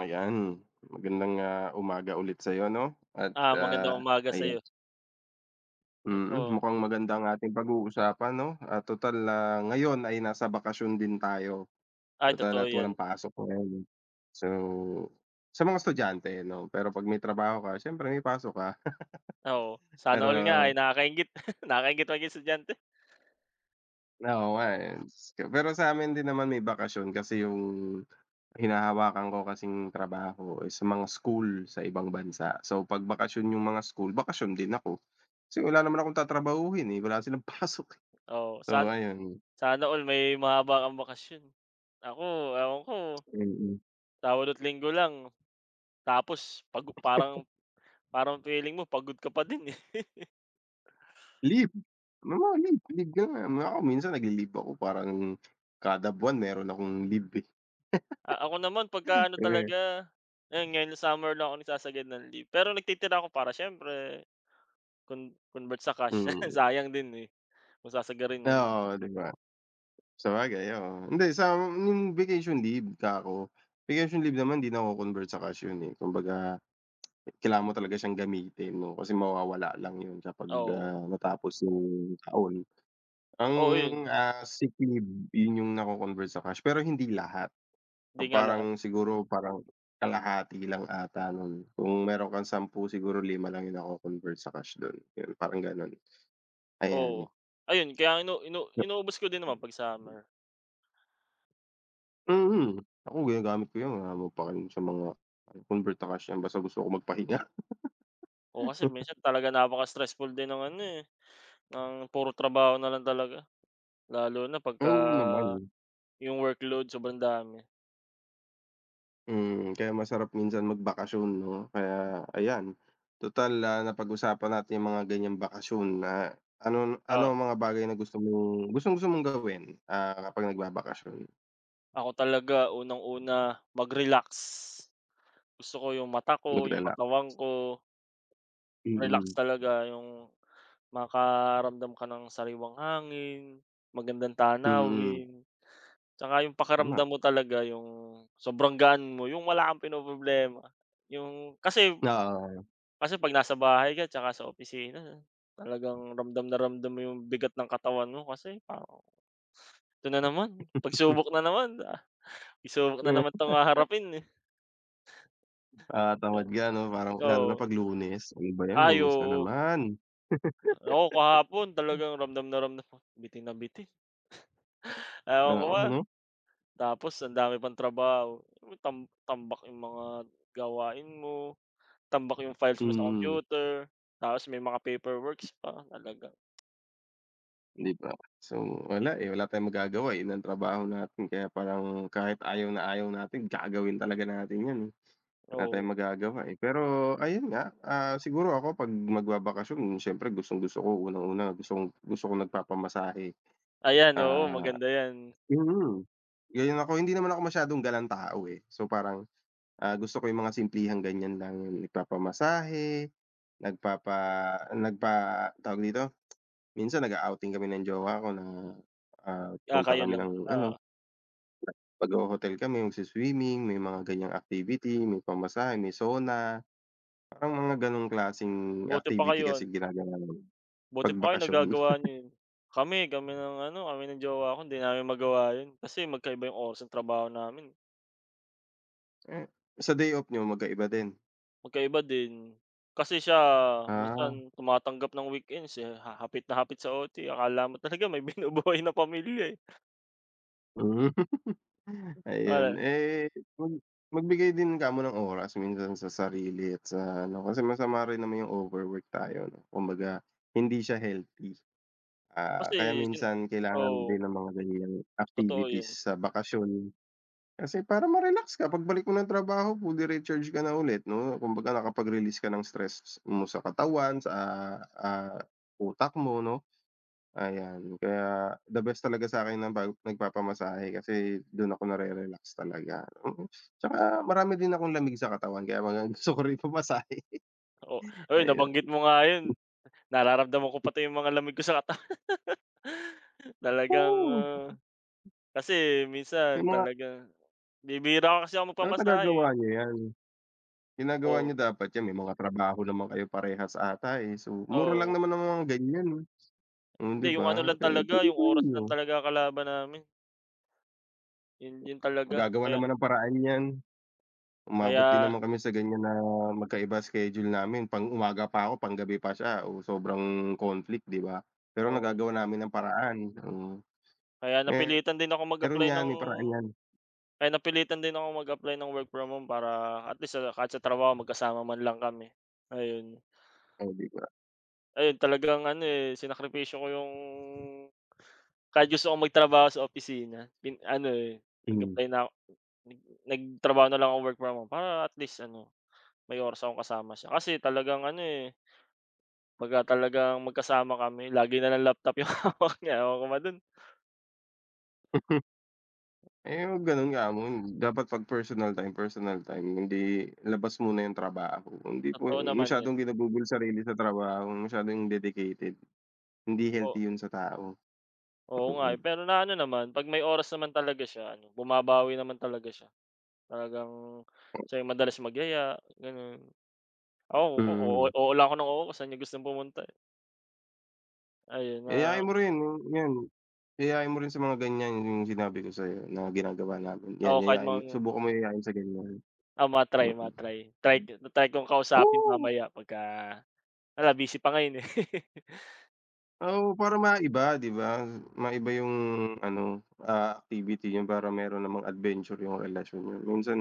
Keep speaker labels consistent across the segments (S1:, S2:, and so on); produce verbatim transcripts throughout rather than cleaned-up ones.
S1: Ayan, magandang, ah, umaga ulit sa sa'yo 'no at,
S2: Ah, magandang
S1: ah,
S2: umaga
S1: ayan,
S2: sa'yo.
S1: mm,
S2: Ito
S1: mukhang maganda ang ating pag-uusapan 'no, at total, ah, ngayon ay nasa bakasyon din tayo,
S2: ay
S1: total
S2: totoo
S1: at
S2: 'yan,
S1: walang pasok ngayon. So, sa mga estudyante 'no, pero 'pag may trabaho ka siyempre may pasok ka.
S2: oo. Sana all nga ay
S1: Pero
S2: nakakainggit, nakakainggit maging estudyante.
S1: oo nga, eh, pero sa amin din naman may bakasyon kasi yung hinahawakan ko kasing trabaho is sa mga school sa ibang bansa. So 'pag bakasyon yung mga school, bakasyon din ako. Kasi wala naman akong tatrabahuhin, eh, wala silang pasok, eh.
S2: Oo, san
S1: So ayun.
S2: sana all may mahaba kang bakasyon. Ako, ewan ko,
S1: Hmm, mm.
S2: Sabado at Linggo lang, tapos pago parang parang feeling mo pagod ka pa din, eh.
S1: leave, mga leave, leave ka nga. Ako minsan nagle-leave ako parang kada buwan meron akong leave, eh.
S2: A ako naman pagka ano
S1: Mm.
S2: talaga, ayun ngayon na summer lang ako nagsasagad ng leave, pero nagtitira ako para siyempre con convert sa cash
S1: Mm,
S2: sayang din, eh, kung mo.
S1: oo, 'di ba? Sabagay, oo. Hindi sa yung vacation leave kako, vacation leave naman di nako-convert sa cash yun, eh. Kumbaga kailangan mo talaga siyang gamitin 'no, kasi mawawala lang yun kapag,
S2: Oo,
S1: ah, natapos yung taon. Ang,
S2: oo 'yun,
S1: ah, sick leave yun yung nako-convert sa cash pero hindi lahat.
S2: 'di
S1: Ah,
S2: nga lahat.
S1: parang siguro parang kalahati lang ata nun. Kung meron kang sampu siguro lima lang yung nako-convert sa cash dun, yun parang ganun. Ayan,
S2: Oo. Ayun kaya inu inu inuubos ko din naman 'pag summer.
S1: mm. Ako ginagamit ko yun, wala naman pa sa mga convert na cash yan basta gusto ko magpahinga.
S2: Oo, kasi minsan talaga napaka-stressful din ng ano, eh, ng puro trabaho na lang talaga. Lalo na pagka
S1: Oo naman,
S2: yung workload sobrang dami.
S1: mm, kaya masarap minsan magbakasyon 'no, kaya ayan. Tutal, ah, napag-usapan natin yung mga ganyang bakasyon na ano ano
S2: Ah,
S1: ang mga bagay na gusto mong gustong-gusto mong gawin, ah, kapag nagbabakasyon,
S2: ako talaga unang-una mag-relax. Gusto ko yung mata ko, yung
S1: magrela
S2: katawan ko, relax
S1: Mm,
S2: talaga yung makaramdam ka ng sariwang hangin, magandang
S1: mm.
S2: tanawin. Tsaka yung
S1: Tama,
S2: pakiramdam mo talaga yung sobrang gaan mo, yung wala kang pinoproblema. Yung kasi
S1: oo.
S2: kasi 'pag nasa bahay ka tsaka sa opisina, talagang ramdam na ramdam mo yung bigat ng katawan mo kasi parang, "Ito na naman, pagsubok na naman, ah, pagsubok na naman 'tong haharapin, eh."
S1: Ah, tamad ka 'no, parang lalo na
S2: Oo.
S1: 'pag Lunes, ano ba 'yan,
S2: Ay,
S1: Lunes na naman,
S2: ako kahapon talagang ramdam na ramdam ko, bitin na bitin. Ewan ko ba,
S1: oo 'no,
S2: tapos ang dami pang trabaho. Tam tambak yung mga gawain mo. Tambak yung files mo sa
S1: mm,
S2: computer, tapos may mga paperworks pa talaga.
S1: 'di ba? So wala, eh, wala tayong magagawa, eh, yun ang trabaho natin kaya parang kahit ayaw na ayaw natin gagawin talaga natin 'yan, eh, wala
S2: Oo,
S1: tayong magagawa, eh. Pero ayun nga, ah, siguro ako 'pag magbabakasyon siyempre gustong-gusto ko unang-una gusto kong gusto kong nagpapamasahe,
S2: ayan, oo,
S1: ah
S2: maganda yan.
S1: mm. Ganun ako, hindi naman ako masyadong galang tao, eh. So parang Ah, gusto ko yung mga simplihang ganyan lang, yung nagpapamasahe, nagpapa nagpa tawag dito? Minsan nag-a-outing kami ng jowa ko na, ah,
S2: Ah,
S1: punta
S2: kayo
S1: kami
S2: lang,
S1: ng
S2: oo.
S1: ano, magho-hotel kami, magsi-swimming, may mga ganyang activity, may pamasahe, may sauna, parang mga ganong klaseng
S2: Buti pa
S1: activity
S2: kayo an
S1: kasi ginagawa namin
S2: Buti
S1: 'pag
S2: pa kayo
S1: bakasyon.
S2: nagagawa niyo yun. Kami kami ng ano, kami ng jowa ko hindi namin magawa yun kasi magkaiba yung oras ng trabaho namin,
S1: Eh, sa day off niyo magkaiba din?
S2: magkaiba din. Kasi siya
S1: Ah,
S2: minsan tumatanggap ng weekends, eh, ha hapit na hapit sa O T, akala mo talaga may binubuhay na pamilya, eh.
S1: hmm. Ayun,
S2: Ah,
S1: eh, mag magbigay din ka mo ng oras minsan sa sarili at sa ano, kasi masama rin naman yung overwork tayo 'no, kumbaga hindi siya healthy. Ah,
S2: kasi
S1: kaya
S2: sin
S1: minsan kailangan
S2: oo,
S1: din ng mga ganyang
S2: totoo yun.
S1: activities sa bakasyon kasi para ma-relax ka. Pagbalik mo ng trabaho fully recharge ka na ulit 'no, kumbaga nakapag-release ka ng stress mo sa katawan, sa, ah, utak mo 'no. Ayan, kaya the best talaga sa'kin ng pag nagpapamasahe kasi dun ako nare-relax talaga, mm. Tsaka marami din akong lamig sa katawan kaya mga gusto ko rin pumasahe,
S2: Oo, uy,
S1: ayun.
S2: nabanggit mo nga yun. Nararamdaman ko pati yung mga lamig ko sa katawan. Talagang,
S1: Oo,
S2: ah, kasi minsan
S1: yung mga
S2: talaga bibihira kasi ako
S1: dapat
S2: magpamasahe, eh.
S1: nagagawa niyo 'yan. Ginagawa
S2: Oo,
S1: niyo dapat 'yan, may mga trabaho naman kayo parehas ata, eh, so mura lang
S2: oo.
S1: naman ang mga ganyan, eh. Oh,
S2: Hindi,
S1: 'di
S2: yung ano
S1: ba?
S2: lang
S1: Eh,
S2: talaga, yung
S1: tuloy-tuloy
S2: oras
S1: niyo,
S2: lang talaga kalaban namin. Yun yun talaga.
S1: magagawan
S2: Kaya
S1: naman ng paraan 'yan. Umabot din
S2: kaya
S1: naman kami sa ganyan na magkaiba schedule namin, pang-umaga pa ako, panggabi pa siya, o sobrang conflict, 'di ba? Pero
S2: oo,
S1: nagagawa namin ng paraan, oo.
S2: kaya napilitan din ako
S1: Meron
S2: mag-apply
S1: 'yan,
S2: ng
S1: may paraan 'yan,
S2: kaya napilitan din akong mag-apply ng work from home para at least sa kahit sa trabaho magkasama man lang kami, ayun.
S1: oh, 'di ba?
S2: Ayun, talagang ano, eh, sinakripisyo ko yung kahit gusto kong magtrabaho sa opisina, pin ano, eh,
S1: Hmm.
S2: nag-apply na ako nag nagtrabaho na lang ako work from home para at least ano, may oras akong kasama siya. Kasi talagang ano, eh, pagka talagang magkasama kami lagi na lang laptop yung hawak niya, ewan ko ba dun.
S1: Eh, yung gano'n nga mo, dapat 'pag personal time, personal time, hindi labas muna yung trabaho, hindi po
S2: Totoo naman yun,
S1: masyadong ginugugol sarili sa trabaho, masyadong dedicated, hindi
S2: o
S1: healthy 'yun sa tao,
S2: oo nga,
S1: mm.
S2: eh, pero na ano naman, 'pag may oras naman talaga siya ano, bumabawi naman talaga siya. Talagang siya yung madalas magyaya, gano'n. Ako, oo,
S1: Hmm,
S2: oo lang ako ng oo kung saan niya gustong pumunta, eh. Ayun na,
S1: yayain mo rin, 'yan. Yayain mo rin sa mga ganyan yung sinabi ko sa'yo na ginagawa namin,
S2: oo,
S1: yan
S2: kahit
S1: yayain mo
S2: mga
S1: subukan mo yayain sa ganyan,
S2: ah ma-try,
S1: mm.
S2: ma-try. Try ko Ta-try kong kausapin
S1: Oo,
S2: mamaya pagka wala, busy pa ngayon, eh.
S1: oo para maiba 'di ba, maiba yung ano, ah, activity niyo para meron namang adventure yung relasyon niyo. Minsan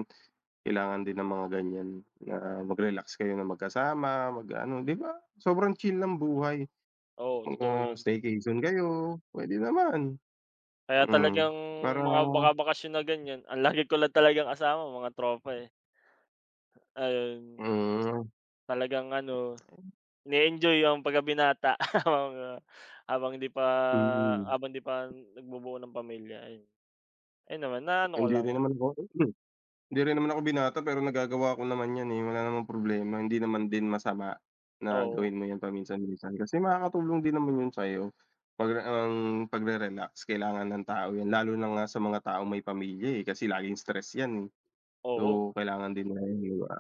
S1: kailangan din ng mga ganyan na mag-relax kayo na magkasama, mag-ano 'di ba, sobrang chill ng buhay,
S2: Oo, totoo
S1: mga
S2: 'yun.
S1: staycation kayo, puwede naman,
S2: Kaya
S1: mm.
S2: talagang
S1: Para
S2: mga baka bakasyon na ganiyan, ang lagi ko lang talagang kasama mga tropa, eh. Ayun,
S1: mm,
S2: talagang ano, ini-enjoy ang pagkabinata habang, ah, habang hindi pa
S1: mm.
S2: habang hindi pa nagbubuo ng pamilya, ayun. Ayun naman, naano ko
S1: Hindi
S2: lang,
S1: rin naman ako Hindi rin naman ako binata pero nagagawa ko naman 'yan, eh, wala namang problema. Hindi naman din masama na
S2: oo,
S1: gawin mo 'yan paminsan-minsan kasi makakatulong din naman 'yun sa'yo. 'Pag ang pagre-relax kailangan ng tao 'yan lalo na nga sa mga taong may pamilya, eh, kasi laging stress 'yan, eh.
S2: oo,
S1: So, kailangan din nila 'yan, 'di ba?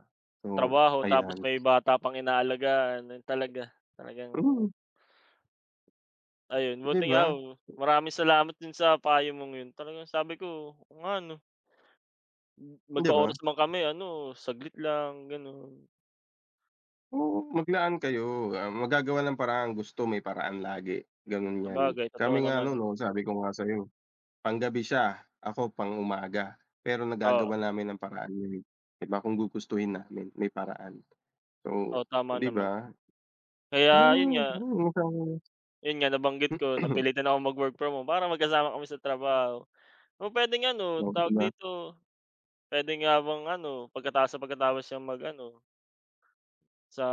S1: So,
S2: trabaho tapos
S1: ayan.
S2: may bata pang inaalagaan, ayun talaga. Talagang
S1: Mm,
S2: ayun,
S1: 'di
S2: buti nga,
S1: ba?
S2: oh, maraming salamat dun sa payo mong yun. Talagang sabi ko, oo nga 'no,
S1: 'Di ba?
S2: magka-oras man kami ano, saglit lang gano'n.
S1: Oo, maglaan kayo, ah, magagawan ng paraan, gusto may paraan lagi, gano'n 'yan.
S2: Sabagay, totoo
S1: Kami nga
S2: naman
S1: no'n,
S2: yun.
S1: oh, sabi ko nga sa'yo. Panggabi siya, ako pang-umaga, pero
S2: Oo,
S1: nagagawa namin ng paraan yun, 'di ba, kung gugustuhin namin may paraan. So,
S2: oo, tama
S1: 'di
S2: naman.
S1: ba?
S2: Kaya yun nga,
S1: Hmm, hmm, mukhang
S2: yun nga nabanggit ko napilitan akong mag-work from home para magkasama kami sa trabaho. O puwedeng ano,
S1: oh, 'di
S2: tawag
S1: ba?
S2: dito, puwede nga bang ano, pagkatapos sa pagkatapos niyang mag-ano, sa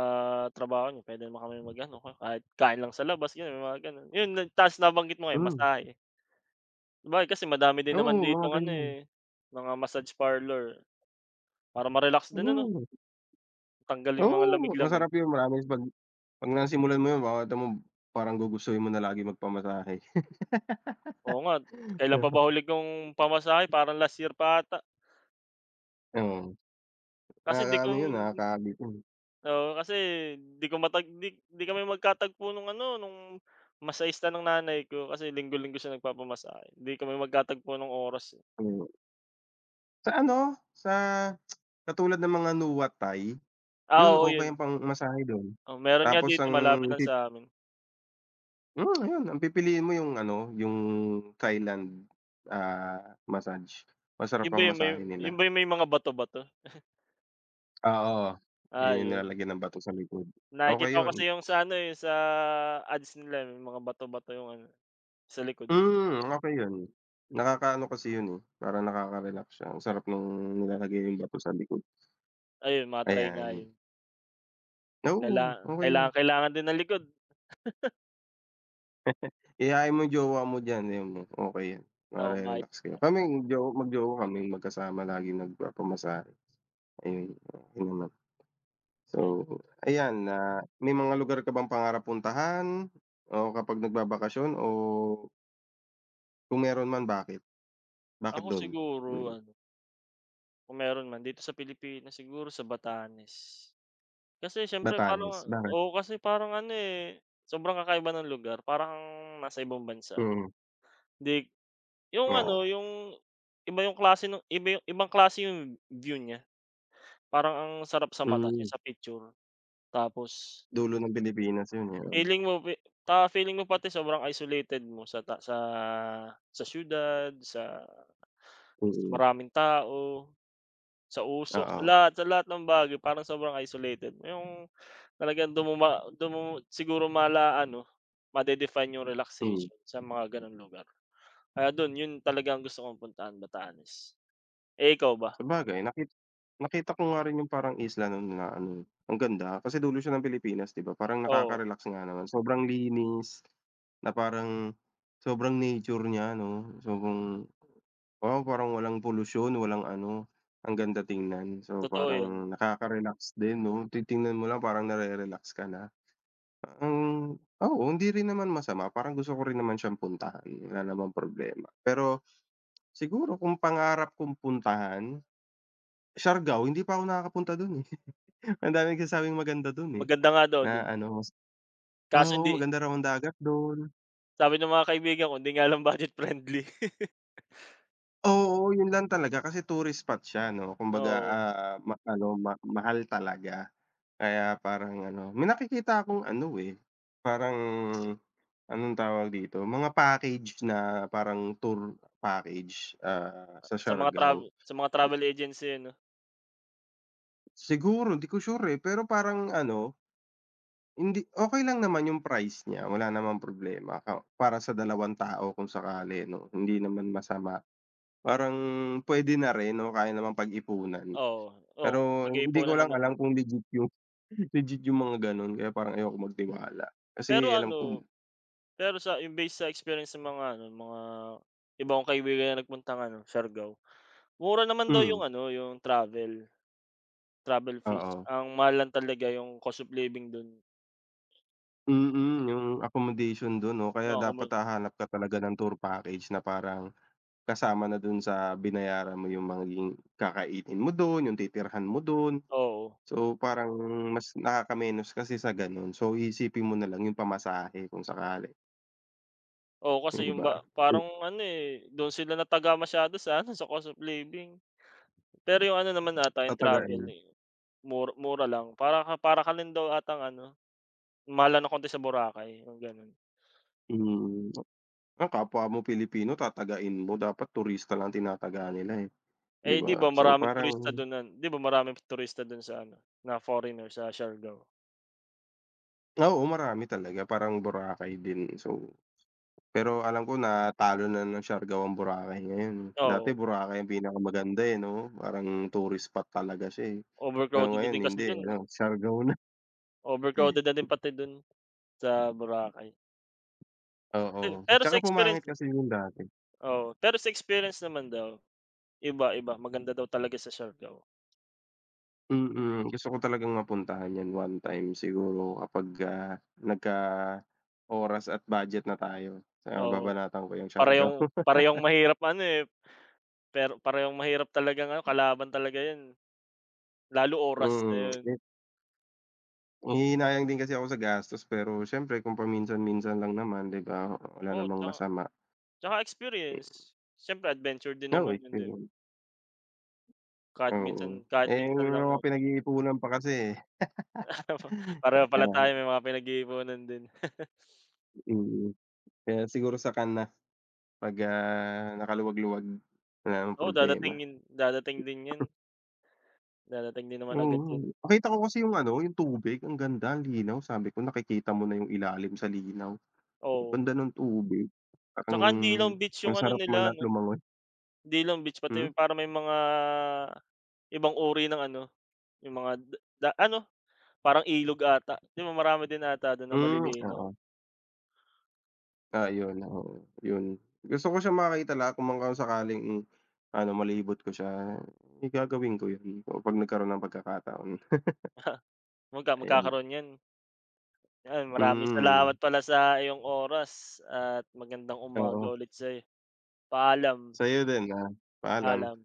S2: trabaho niya puwede naman kami mag-ano, kahit kain lang sa labas, gano'n, mga gano'n. Yun, tapos nabanggit mo nga yung
S1: Hmm,
S2: masahe. Sabagay kasi madami din
S1: oo,
S2: naman
S1: mga
S2: ditong ano,
S1: ganyan.
S2: eh, mga massage parlor. Para ma-relax din ano,
S1: Hmm,
S2: tanggal yung mga
S1: oo,
S2: lamig-lamig.
S1: masarap yun promise 'pag 'pag nasimulan mo yun makikita mo parang gugustuhin mo na lagi magpamasahe.
S2: Oo nga, kailan pa ba huli kong pamasahe, parang last year pa ata.
S1: Oo,
S2: Kasi di ko
S1: nakakaano yun, nakakabitin.
S2: Oo, kasi di ko matag di di kami magkatagpo nung ano, nung masahista ng nanay ko kasi linggo-linggo siya nagpapamasahe. Di kami magkatagpo ng oras, eh.
S1: Hmm, sa ano, sa katulad ng mga nuwatay.
S2: Ah,
S1: Yun,
S2: oo,
S1: okey
S2: yun.
S1: ang pangmasahe dun.
S2: Oh, meron nga
S1: Tapos
S2: dito
S1: ang
S2: malapit lang
S1: pip
S2: sa'min.
S1: hmm, ayun ang pipiliin mo yung ano, yung Thailand, ah, massage. Masarap
S2: Yun ba
S1: ang
S2: yung may
S1: masahe
S2: Yun
S1: nila.
S2: ba yung may mga bato-bato?
S1: Oo.
S2: Ah,
S1: Yung
S2: yun.
S1: nilalagyan ng bato sa likod.
S2: Nakikita
S1: Okey
S2: ko kasi
S1: yun.
S2: yung sa ano, yung sa ads nila, eh, may mga bato-bato yung ano, sa likod.
S1: Hmm, okey yun. Nakakaano kasi yun, eh, parang nakaka-relax siya. Ang sarap nung nilalagay yung bato sa likod,
S2: Ayun, mga try nga
S1: ayan.
S2: yun.
S1: Oo,
S2: Kaila
S1: okey yun.
S2: kailangan kailangan din ng likod
S1: Iyain mo yung jowa mo diyan, ayun mo, okey yan,
S2: na umayos.
S1: mare-relax kayo. Kaming jowa mag-jowa kaming magkasama laging nagpapamasahe. Ayun, okey naman. So,
S2: Ay,
S1: ayan na may mga lugar ka bang pangarap puntahan o kapag nagbabakasyon o kung meron man bakit? Bakit
S2: ako
S1: dun?
S2: siguro
S1: Mm.
S2: ano, kung meron man dito sa Pilipinas siguro sa Batanes. Kasi siyempre
S1: Batanes,
S2: parang
S1: bakit?
S2: oo, kasi parang ano, eh, sobrang kakaiba ng lugar parang kang nasa ibang bansa.
S1: Mm,
S2: di yung
S1: oo.
S2: ano, yung iba yung klase ng iba yung ibang klase yung view niya. Parang ang sarap sa mata
S1: Hmm,
S2: niya sa picture. Tapos
S1: dulo ng Pilipinas yun, eh, oo.
S2: feeling mo, pi ta feeling mo pati sobrang isolated mo sa ta sa sa siyudad, sa sa
S1: Mm,
S2: maraming tao, sa usok, sa
S1: oo.
S2: lahat sa lahat ng bagay parang sobrang isolated mo. Yung talagang dun mo ma dun mo siguro mala-ano, madedefine yung
S1: Hmm,
S2: relaxation sa mga gano'ng lugar. Kaya dun, yun talagang gusto kong puntaan, Batanes. Eh, ikaw ba?
S1: sabagay naki nakita ko nga rin yung parang isla nun na ano, ang ganda kasi dulo siya ng Pilipinas 'di ba, parang
S2: Oo,
S1: nakaka-relax nga naman. Sobrang linis na parang sobrang nature niya 'no, sobrang Oo, parang walang polusyon, walang ano, ang ganda tingnan. So,
S2: totoo yan.
S1: parang nakaka-relax din 'no, titingnan mo lang parang nare-relax ka na. Ang oo, hindi rin naman masama, parang gusto ko rin naman siyang puntahan, wala namang problema. Pero siguro kung pangarap kong puntahan, Siargao, hindi pa ako nakakapunta dun, eh. Ang daming nagsasabing maganda dun, eh,
S2: Maganda nga daw dun,
S1: na ano mas
S2: kaso
S1: oo,
S2: hindi
S1: maganda raw ang dagat dun.
S2: sabi ng mga kaibigan ko, hindi nga lang budget friendly.
S1: Oo, yun lang talaga kasi tourist spot siya 'no, kumbaga,
S2: Oo.
S1: ah, ma ano, ma mahal talaga. Kaya parang ano, may nakikita akong ano, eh, parang anong tawag dito, mga package na parang tour package, ah, sa
S2: Sa mga
S1: Siargao.
S2: travel sa mga travel agency ano,
S1: Siguro hindi ko sure, eh, pero parang ano, hindi okay lang naman yung price niya, wala namang problema ka para sa dalawang tao kung sakali 'no, hindi naman masama. Parang pwede na rin o kaya naman pag-ipunan.
S2: oo, oo kung
S1: Pero hindi ko
S2: pag-iipunan
S1: lang
S2: naman mo.
S1: alam kung legit yung legit yung mga gano'n kaya parang ayoko magtiwala.
S2: Pero
S1: Kasi alam ko
S2: ano, Pero sa yung base sa experience ng mga ano, mga iba kong kaibigan na nagpuntang ano, Siargao, mura naman daw
S1: hmm.
S2: yung ano, yung travel, travel fees.
S1: Oo.
S2: Ang mahal lang talaga yung cost of living dun.
S1: Mm, yung accommodation dun 'no, kaya
S2: Oo, kumu
S1: dapat hahanap ka talaga ng tour package na parang kasama na dun sa binayaran mo yung magiging kakainin mo dun, yung titirhan mo dun.
S2: oo.
S1: So, parang mas nakakamenos kasi sa ganun. So, iisipin mo na lang yung pamasahe kung sakali,
S2: Oo, kasi
S1: yung
S2: yung
S1: iba.
S2: ba
S1: Hmm,
S2: parang ano, eh, dun sila nataga masyado sa ano, sa cost of living. Pero yung ano naman ata, yung travel,
S1: tatagain,
S2: eh, mura mura lang. Para ka para ka rin daw atang ano, mahal lang ng konti sa Boracay, yung gano'n.
S1: mm. Ang kapwa mo Pilipino tatagain mo, dapat turista lang tinataga nila, eh, 'di
S2: Eh, 'di ba
S1: ba? So,
S2: maraming turista
S1: parang
S2: do'n nun 'di ba maraming turista do'n sa ano, na foreigner sa Siargao?
S1: oo, marami talaga, parang Boracay din. So Pero alam ko natalo na ng Siargawang Boracay ngayon. Dati
S2: Oo,
S1: Boracay ang pinakamaganda, eh, 'no? Parang tourist spot talaga siya, eh. Pero
S2: overcrowded na
S1: ngayon
S2: din kasi
S1: hindi,
S2: do'n, eh.
S1: ano, Siargao na.
S2: Overcrowded na din pati do'n sa Boracay.
S1: Oo,
S2: Pe pero sa
S1: tsaka pumangit
S2: experience
S1: kasi yung dati.
S2: Oo, pero sa experience naman daw, iba-iba, maganda daw talaga sa Siargao.
S1: Mm, gusto ko talagang mapuntahan 'yan one time siguro kapagka nagka-oras at budget na tayo. Ah,
S2: Oo,
S1: babanatan ko yung Siargao.
S2: parehong parehong mahirap ano, eh, pero parehong mahirap talagang ano, kalaban talaga 'yun, lalo oras na
S1: Mm,
S2: 'yun.
S1: eh, nanghihinayang din kasi ako sa gastos pero siyempre kung paminsan-minsan lang naman, 'di ba, wala
S2: Oo,
S1: namang
S2: 'tsaka
S1: masama.
S2: 'tsaka experience.
S1: Mm,
S2: Siyempre adventure din
S1: oo,
S2: naman
S1: eh,
S2: 'yun, 'di
S1: pero
S2: kahit minsan,
S1: Oo,
S2: kahit
S1: eh,
S2: minsan
S1: may
S2: lang,
S1: mga
S2: eh.
S1: pinag-iipunan pa kasi, eh.
S2: Pareho pala
S1: Kaya
S2: tayo may mga pinag-iipunan din.
S1: mm, kaya siguro saka na 'pag, ah, nakaluwag-luwag wala ng
S2: Oo, dadating
S1: problema.
S2: yun dadating din yun. Dadating din naman agad yun,
S1: Mm, nakita ko kasi yung ano, yung tubig ang ganda, ang linaw sabi ko nakikita mo na yung ilalim sa linaw, ang
S2: oo.
S1: ganda ng tubig. Parang
S2: Tsaka hindi lang beach yung
S1: ang
S2: ano
S1: sarap
S2: nila
S1: malat
S2: 'no,
S1: lumangoy.
S2: hindi lang beach pati,
S1: Hmm?
S2: para may mga ibang uri ng ano, yung mga d- da ano, parang ilog ata. 'Di ba marami din ata dun na
S1: Hmm,
S2: malilino.
S1: oo. Ah, yun, oo, yun. Gusto ko siya makita la kung man sakaling ano, malibot ko siya, eh, gagawin ko yun o kapag nagkaroon ng pagkakataon.
S2: Magka
S1: Ayun,
S2: magkakaroon yan. Ayan, maraming salamat
S1: mm,
S2: pala sa iyong oras, at magandang umaga
S1: oo.
S2: ulit sa'yo. Paalam,
S1: Sa'yo din, ah, paalam.
S2: paalam.